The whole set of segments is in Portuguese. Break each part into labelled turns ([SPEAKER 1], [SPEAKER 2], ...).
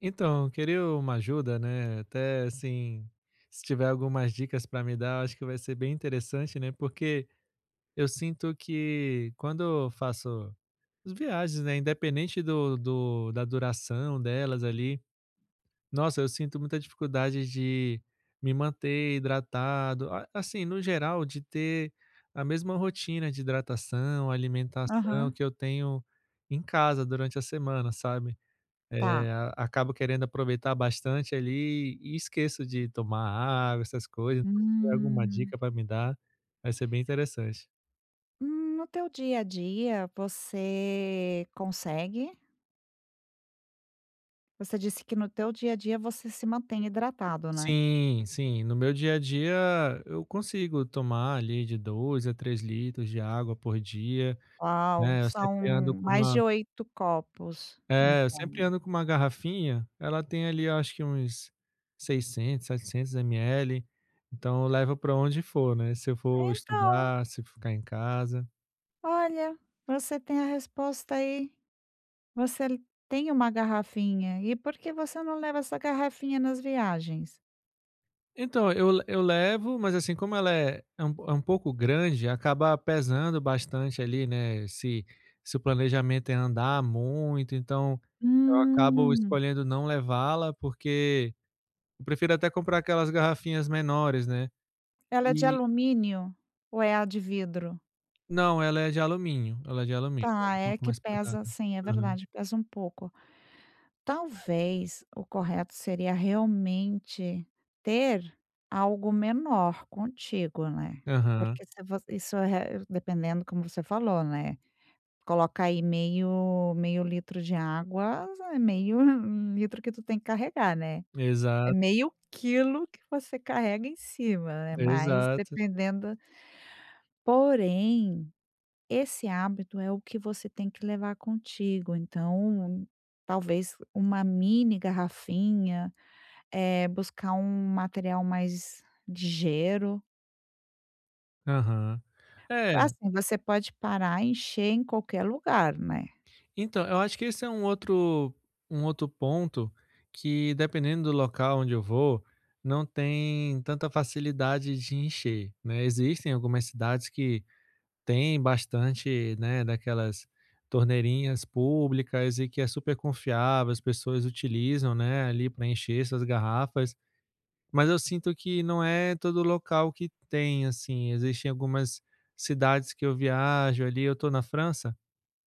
[SPEAKER 1] Então, eu queria uma ajuda, né? Até assim, se tiver algumas dicas para me dar, eu acho que vai ser bem interessante, né? Porque eu sinto que quando eu faço as viagens, né? Independente da duração delas ali, nossa, eu sinto muita dificuldade de me manter hidratado, assim, no geral, de ter a mesma rotina de hidratação, alimentação
[SPEAKER 2] Aham.
[SPEAKER 1] que eu tenho em casa durante a semana, sabe? É,
[SPEAKER 2] Tá.
[SPEAKER 1] a acabo querendo aproveitar bastante ali e esqueço de tomar água, essas coisas, então se tiver alguma
[SPEAKER 2] Hum.
[SPEAKER 1] dica para me dar, vai ser bem interessante.
[SPEAKER 2] No teu dia a dia você consegue? Você disse que no teu dia a dia você se mantém hidratado, né?
[SPEAKER 1] Sim, sim, no meu dia a dia eu consigo tomar ali de 2 a 3 litros de água por dia,
[SPEAKER 2] Uau,
[SPEAKER 1] né, eu
[SPEAKER 2] são
[SPEAKER 1] sempre ando com
[SPEAKER 2] mais de 8 copos, então.
[SPEAKER 1] uma garrafinha, ela tem ali eu acho que uns 600, 700 ml, então eu levo para onde for, né, se eu for
[SPEAKER 2] Então,
[SPEAKER 1] estudar, se eu ficar em casa.
[SPEAKER 2] olha, você tem a resposta aí. Você l tem uma garrafinha, e por que você não leva essa garrafinha nas viagens?
[SPEAKER 1] Então, eu levo, mas assim, como ela é um pouco grande, acaba pesando bastante ali, né, se o planejamento é andar muito, então eu acabo
[SPEAKER 2] Hum.
[SPEAKER 1] escolhendo não levá-la, porque eu prefiro até comprar aquelas garrafinhas menores, né.
[SPEAKER 2] Ela é de
[SPEAKER 1] E
[SPEAKER 2] alumínio ou é a de vidro?
[SPEAKER 1] não, ela é de alumínio, ela é de alumínio, é
[SPEAKER 2] Tá,
[SPEAKER 1] um
[SPEAKER 2] é
[SPEAKER 1] pouco
[SPEAKER 2] que
[SPEAKER 1] mais
[SPEAKER 2] pesa,
[SPEAKER 1] pesada.
[SPEAKER 2] sim, é
[SPEAKER 1] Aham.
[SPEAKER 2] verdade, pesa um pouco. Talvez o correto seria realmente ter algo menor contigo, né.
[SPEAKER 1] Aham.
[SPEAKER 2] Porque se você isso é dependendo como você falou, né, coloca aí meio litro de água, é meio litro que tu tem que carregar, né. É
[SPEAKER 1] Exato,
[SPEAKER 2] meio quilo que você carrega em cima, né, mas
[SPEAKER 1] exato.
[SPEAKER 2] dependendo porém esse hábito é o que você tem que levar contigo, então talvez uma mini garrafinha, buscar um material mais ligeiro.
[SPEAKER 1] Aham. É.
[SPEAKER 2] Assim, você pode parar e encher em qualquer lugar, né.
[SPEAKER 1] Então, eu acho que esse é um outro ponto que, dependendo do local onde eu vou, não tem tanta facilidade de encher, né. Existem algumas cidades que têm bastante, né, daquelas torneirinhas públicas e que é super confiável, as pessoas utilizam, né, ali para encher essas garrafas, mas eu sinto que não é todo local que tem, assim. Existem algumas cidades que eu viajo ali eu tô na França,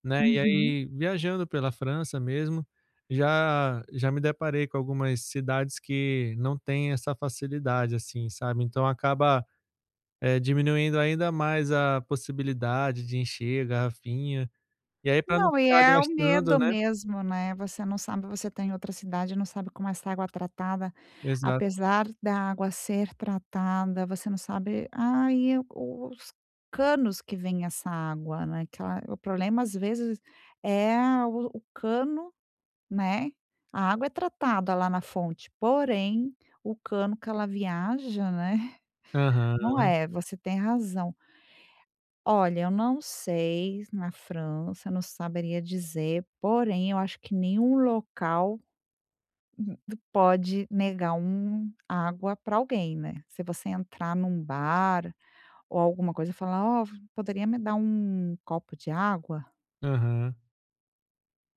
[SPEAKER 1] né, e
[SPEAKER 2] Uhum.
[SPEAKER 1] aí viajando pela França mesmo, já já me deparei com algumas cidades que não têm essa facilidade, assim, sabe, então acaba, diminuindo ainda mais a possibilidade de encher a garrafinha, e aí para não
[SPEAKER 2] Não, e
[SPEAKER 1] ficar
[SPEAKER 2] é o
[SPEAKER 1] gastando,
[SPEAKER 2] medo
[SPEAKER 1] né.
[SPEAKER 2] mesmo, né, você não sabe, você está em outra cidade, não sabe como é, essa água é tratada,
[SPEAKER 1] Exato.
[SPEAKER 2] apesar da água ser tratada, você não sabe. Ah, ai, os canos que vem essa água, né, que ela, o problema às vezes é o cano, né, a água é tratada lá na fonte, porém, o cano que ela viaja, né,
[SPEAKER 1] Aham,
[SPEAKER 2] não é, você tem razão. Olha, eu não sei na França, não saberia dizer, porém eu acho que nenhum local pode negar um água para alguém, né. Se você entrar num bar ou alguma coisa e falar: "Ó, poderia me dar um copo de água?",
[SPEAKER 1] aham,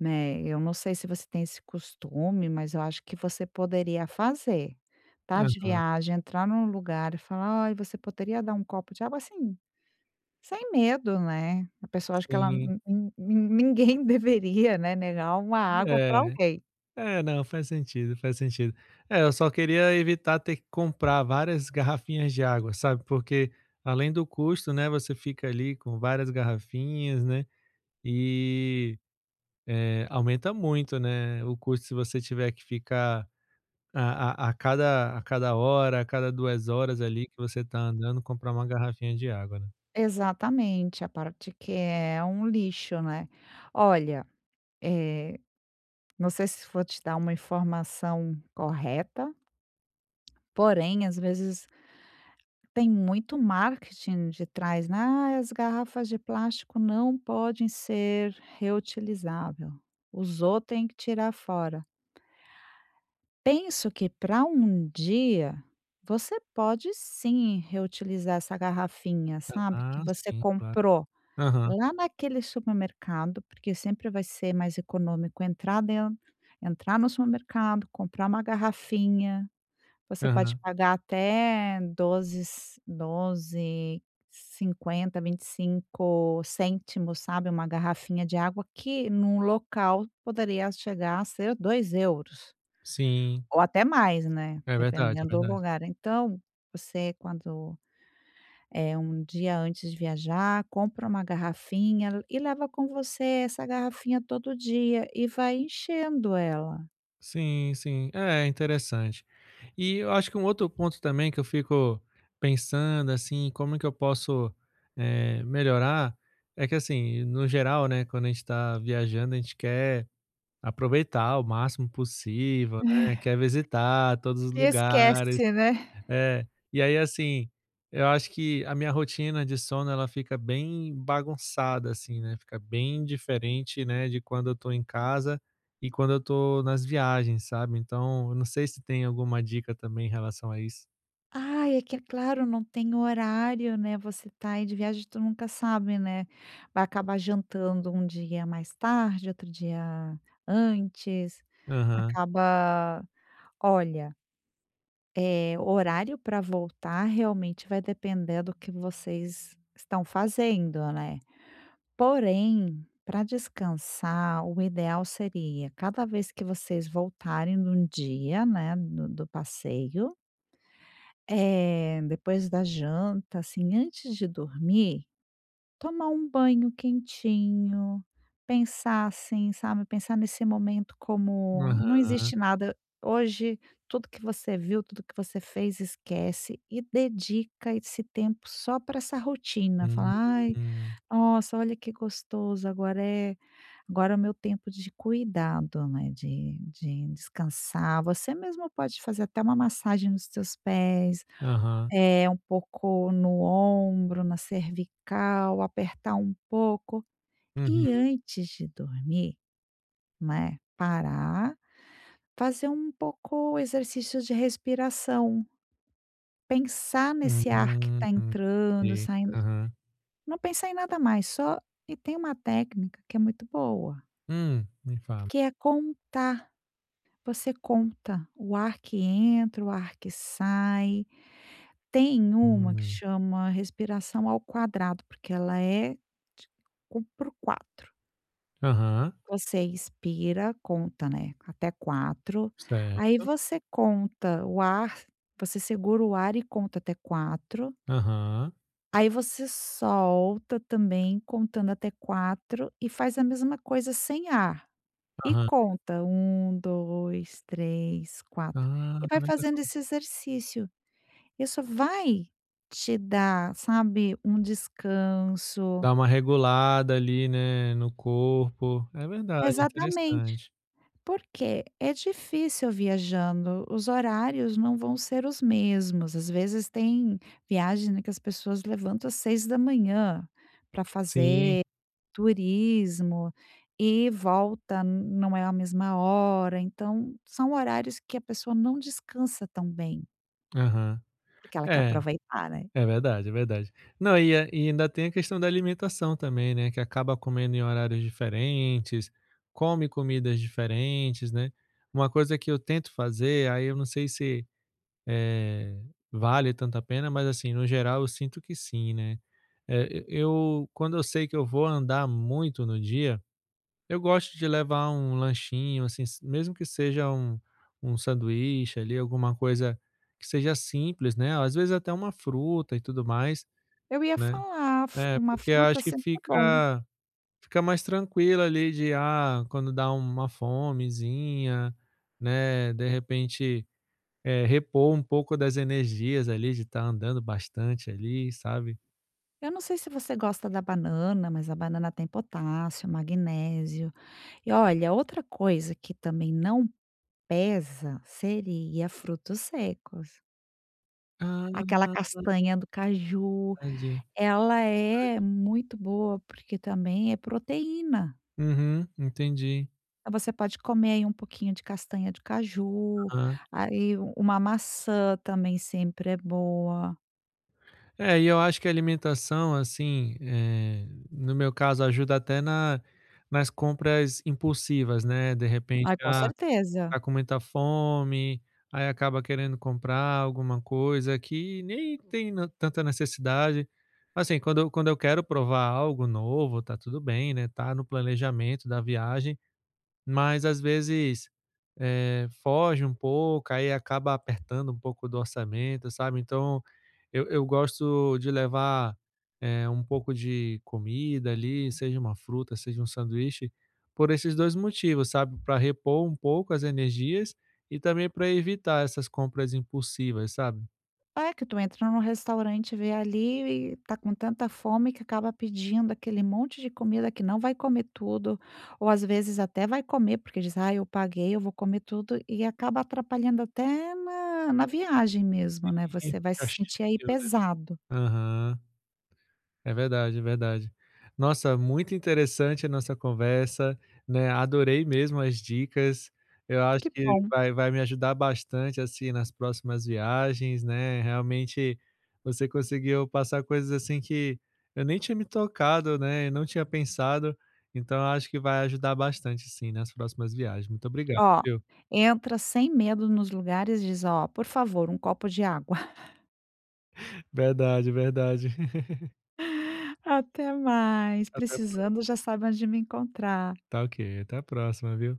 [SPEAKER 2] né. Eu não sei se você tem esse costume, mas eu acho que você poderia fazer. Tá de
[SPEAKER 1] aham.
[SPEAKER 2] viagem, entrar num lugar e falar: "Ó, você poderia dar um copo de água?", assim. Sem medo, né. A pessoa acha que ela,
[SPEAKER 1] Sim,
[SPEAKER 2] ninguém deveria, né, negar uma água
[SPEAKER 1] é.
[SPEAKER 2] para alguém.
[SPEAKER 1] É, não, faz sentido, faz sentido. É, eu só queria evitar ter que comprar várias garrafinhas de água, sabe? Porque além do custo, né, você fica ali com várias garrafinhas, né? E aumenta muito, né? O custo se você tiver que ficar a cada hora, a cada 2 horas ali que você tá andando, comprar uma garrafinha de água, né?
[SPEAKER 2] Exatamente, a parte que é um lixo, né. Olha, eh, não sei se vou te dar uma informação correta, porém, às vezes, tem muito marketing de trás, né: "Ai, as garrafas de plástico não podem ser reutilizável. Usou, tem que tirar fora". Penso que para um dia, você pode sim reutilizar essa garrafinha, sabe, que
[SPEAKER 1] Ah,
[SPEAKER 2] você
[SPEAKER 1] sim, claro.
[SPEAKER 2] comprou
[SPEAKER 1] Aham,
[SPEAKER 2] lá naquele supermercado, porque sempre vai ser mais econômico entrar no supermercado, comprar uma garrafinha, você pode
[SPEAKER 1] aham.
[SPEAKER 2] pagar até 12, 12,50, 25 cêntimos, sabe, uma garrafinha de água que num local poderia chegar a ser 2 euros.
[SPEAKER 1] Sim,
[SPEAKER 2] Ou até mais, né,
[SPEAKER 1] é verdade,
[SPEAKER 2] dependendo
[SPEAKER 1] é
[SPEAKER 2] do
[SPEAKER 1] verdade.
[SPEAKER 2] lugar. Então, você, quando, é um dia antes de viajar, compra uma garrafinha e leva com você essa garrafinha todo dia e vai enchendo ela.
[SPEAKER 1] Sim, sim. É, interessante. E eu acho que um outro ponto também que eu fico pensando, assim, como que eu posso, melhorar, é que assim, no geral, né, quando a gente está viajando, a gente quer aproveitar o máximo possível, né, quer visitar todos os
[SPEAKER 2] E
[SPEAKER 1] lugares.
[SPEAKER 2] esquece, né.
[SPEAKER 1] É, e aí assim, eu acho que a minha rotina de sono ela fica bem bagunçada assim, né, fica bem diferente, né, de quando eu tô em casa e quando eu tô nas viagens, sabe. Então eu não sei se tem alguma dica também em relação a isso.
[SPEAKER 2] Ai, é que é claro, não tem horário, né, você tá aí de viagem, tu nunca sabe, né, vai acabar jantando um dia mais tarde, outro dia antes,
[SPEAKER 1] Aham,
[SPEAKER 2] acaba, olha. O horário para voltar realmente vai depender do que vocês estão fazendo, né. Porém, para descansar, o ideal seria cada vez que vocês voltarem de um dia, né, do passeio, depois da janta, assim, antes de dormir, tomar um banho quentinho, pensar assim, sabe, pensar nesse momento como não
[SPEAKER 1] aham.
[SPEAKER 2] existe nada. Hoje, tudo que você viu, tudo que você fez, esquece e dedica esse tempo só para essa rotina. Fala:
[SPEAKER 1] Hum,
[SPEAKER 2] "Ai, nossa, olha que gostoso, agora é, agora é o meu tempo de cuidado, né, de descansar". Você mesmo pode fazer até uma massagem nos seus pés,
[SPEAKER 1] aham.
[SPEAKER 2] é, um pouco no ombro, na cervical, apertar um pouco. E
[SPEAKER 1] Uhum.
[SPEAKER 2] antes de dormir, né, parar, fazer um pouco exercício de respiração, pensar nesse ar que
[SPEAKER 1] Hum,
[SPEAKER 2] está entrando,
[SPEAKER 1] entendi.
[SPEAKER 2] saindo,
[SPEAKER 1] Aham.
[SPEAKER 2] não pensar em nada mais, só. E tem uma técnica que é muito boa,
[SPEAKER 1] Me fala.
[SPEAKER 2] que é contar, você conta o ar que entra, o ar que sai. Tem uma que
[SPEAKER 1] Hum.
[SPEAKER 2] chama respiração ao quadrado, porque ela é de co por quatro.
[SPEAKER 1] Aham,
[SPEAKER 2] Você expira, conta, né, até quatro, aí
[SPEAKER 1] certo.
[SPEAKER 2] você conta o ar, você segura o ar e conta até quatro,
[SPEAKER 1] Aham,
[SPEAKER 2] aí você solta também contando até 4 e faz a mesma coisa sem ar e
[SPEAKER 1] aham.
[SPEAKER 2] conta um, dois, três, quatro,
[SPEAKER 1] Ah,
[SPEAKER 2] e vai
[SPEAKER 1] legal.
[SPEAKER 2] fazendo esse exercício. Isso vai te dar, sabe, um descanso.
[SPEAKER 1] Dá uma regulada ali, né, no corpo. É verdade,
[SPEAKER 2] Exatamente,
[SPEAKER 1] interessante.
[SPEAKER 2] porque é difícil viajando, os horários não vão ser os mesmos. Às vezes tem viagem, né, que as pessoas levantam às 6 da manhã para
[SPEAKER 1] Sim,
[SPEAKER 2] fazer turismo e volta não é a mesma hora, então são horários que a pessoa não descansa tão bem,
[SPEAKER 1] aham.
[SPEAKER 2] porque ela quer
[SPEAKER 1] É,
[SPEAKER 2] aproveitar, né.
[SPEAKER 1] é verdade, é verdade. Não, e ainda tem a questão da alimentação também, né, que acaba comendo em horários diferentes, come comidas diferentes, né. Uma coisa que eu tento fazer, aí eu não sei se, eh, vale tanta pena, mas assim, no geral eu sinto que sim, né. Eh, eu quando eu sei que eu vou andar muito no dia, eu gosto de levar um lanchinho, assim, s mesmo que seja um sanduíche ali, alguma coisa que seja simples, né, às vezes até uma fruta e tudo mais,
[SPEAKER 2] Eu ia
[SPEAKER 1] né.
[SPEAKER 2] falar, f
[SPEAKER 1] É,
[SPEAKER 2] uma
[SPEAKER 1] porque
[SPEAKER 2] fruta
[SPEAKER 1] acho que
[SPEAKER 2] sempre é bom.
[SPEAKER 1] fica mais tranquilo ali de, ah, quando dá uma fomezinha, né, de repente, repor um pouco das energias ali de estar andando bastante ali, sabe.
[SPEAKER 2] Eu não sei se você gosta da banana, mas a banana tem potássio, magnésio. E olha, outra coisa que também não pesa seria frutos secos. Aquela
[SPEAKER 1] Ah,
[SPEAKER 2] castanha do caju,
[SPEAKER 1] verdade.
[SPEAKER 2] ela é muito boa porque também é proteína.
[SPEAKER 1] Uhum, entendi.
[SPEAKER 2] Então você pode comer aí um pouquinho de castanha de caju,
[SPEAKER 1] Ah.
[SPEAKER 2] aí uma maçã também sempre é boa.
[SPEAKER 1] É, e eu acho que a alimentação, assim, no meu caso, ajuda até na nas compras impulsivas, né. De repente,
[SPEAKER 2] Ai, com
[SPEAKER 1] ah,
[SPEAKER 2] certeza.
[SPEAKER 1] tá com muita fome, aí acaba querendo comprar alguma coisa que nem tem na tanta necessidade. Assim, quando eu quero provar algo novo, tá tudo bem, né, tá no planejamento da viagem. Mas às vezes, foge um pouco, aí acaba apertando um pouco do orçamento, sabe. Então eu gosto de levar, um pouco de comida ali, seja uma fruta, seja um sanduíche, por esses 2 motivos, sabe, para repor um pouco as energias e também para evitar essas compras impulsivas, sabe.
[SPEAKER 2] É, que tu entra num restaurante, vê ali e tá com tanta fome que acaba pedindo aquele monte de comida que não vai comer tudo, ou às vezes até vai comer, porque diz: "Ah, eu paguei, eu vou comer tudo", e acaba atrapalhando até na viagem mesmo, né,
[SPEAKER 1] E
[SPEAKER 2] você vai
[SPEAKER 1] fica
[SPEAKER 2] se sentir aí
[SPEAKER 1] cheio, né.
[SPEAKER 2] pesado.
[SPEAKER 1] Aham. É verdade, é verdade. Nossa, muito interessante a nossa conversa, né, adorei mesmo as dicas. Eu acho
[SPEAKER 2] Que
[SPEAKER 1] que
[SPEAKER 2] bom.
[SPEAKER 1] vai me ajudar bastante, assim, nas próximas viagens, né, realmente você conseguiu passar coisas, assim, que eu nem tinha me tocado, né, eu não tinha pensado, então eu acho que vai ajudar bastante, sim, nas próximas viagens. Muito obrigado,
[SPEAKER 2] Ó,
[SPEAKER 1] viu.
[SPEAKER 2] entra sem medo nos lugares, e diz: "Ó, por favor, um copo de água".
[SPEAKER 1] Verdade, verdade.
[SPEAKER 2] Até mais,
[SPEAKER 1] Até
[SPEAKER 2] precisando já sabe onde me encontrar.
[SPEAKER 1] tá ok, até a próxima, viu.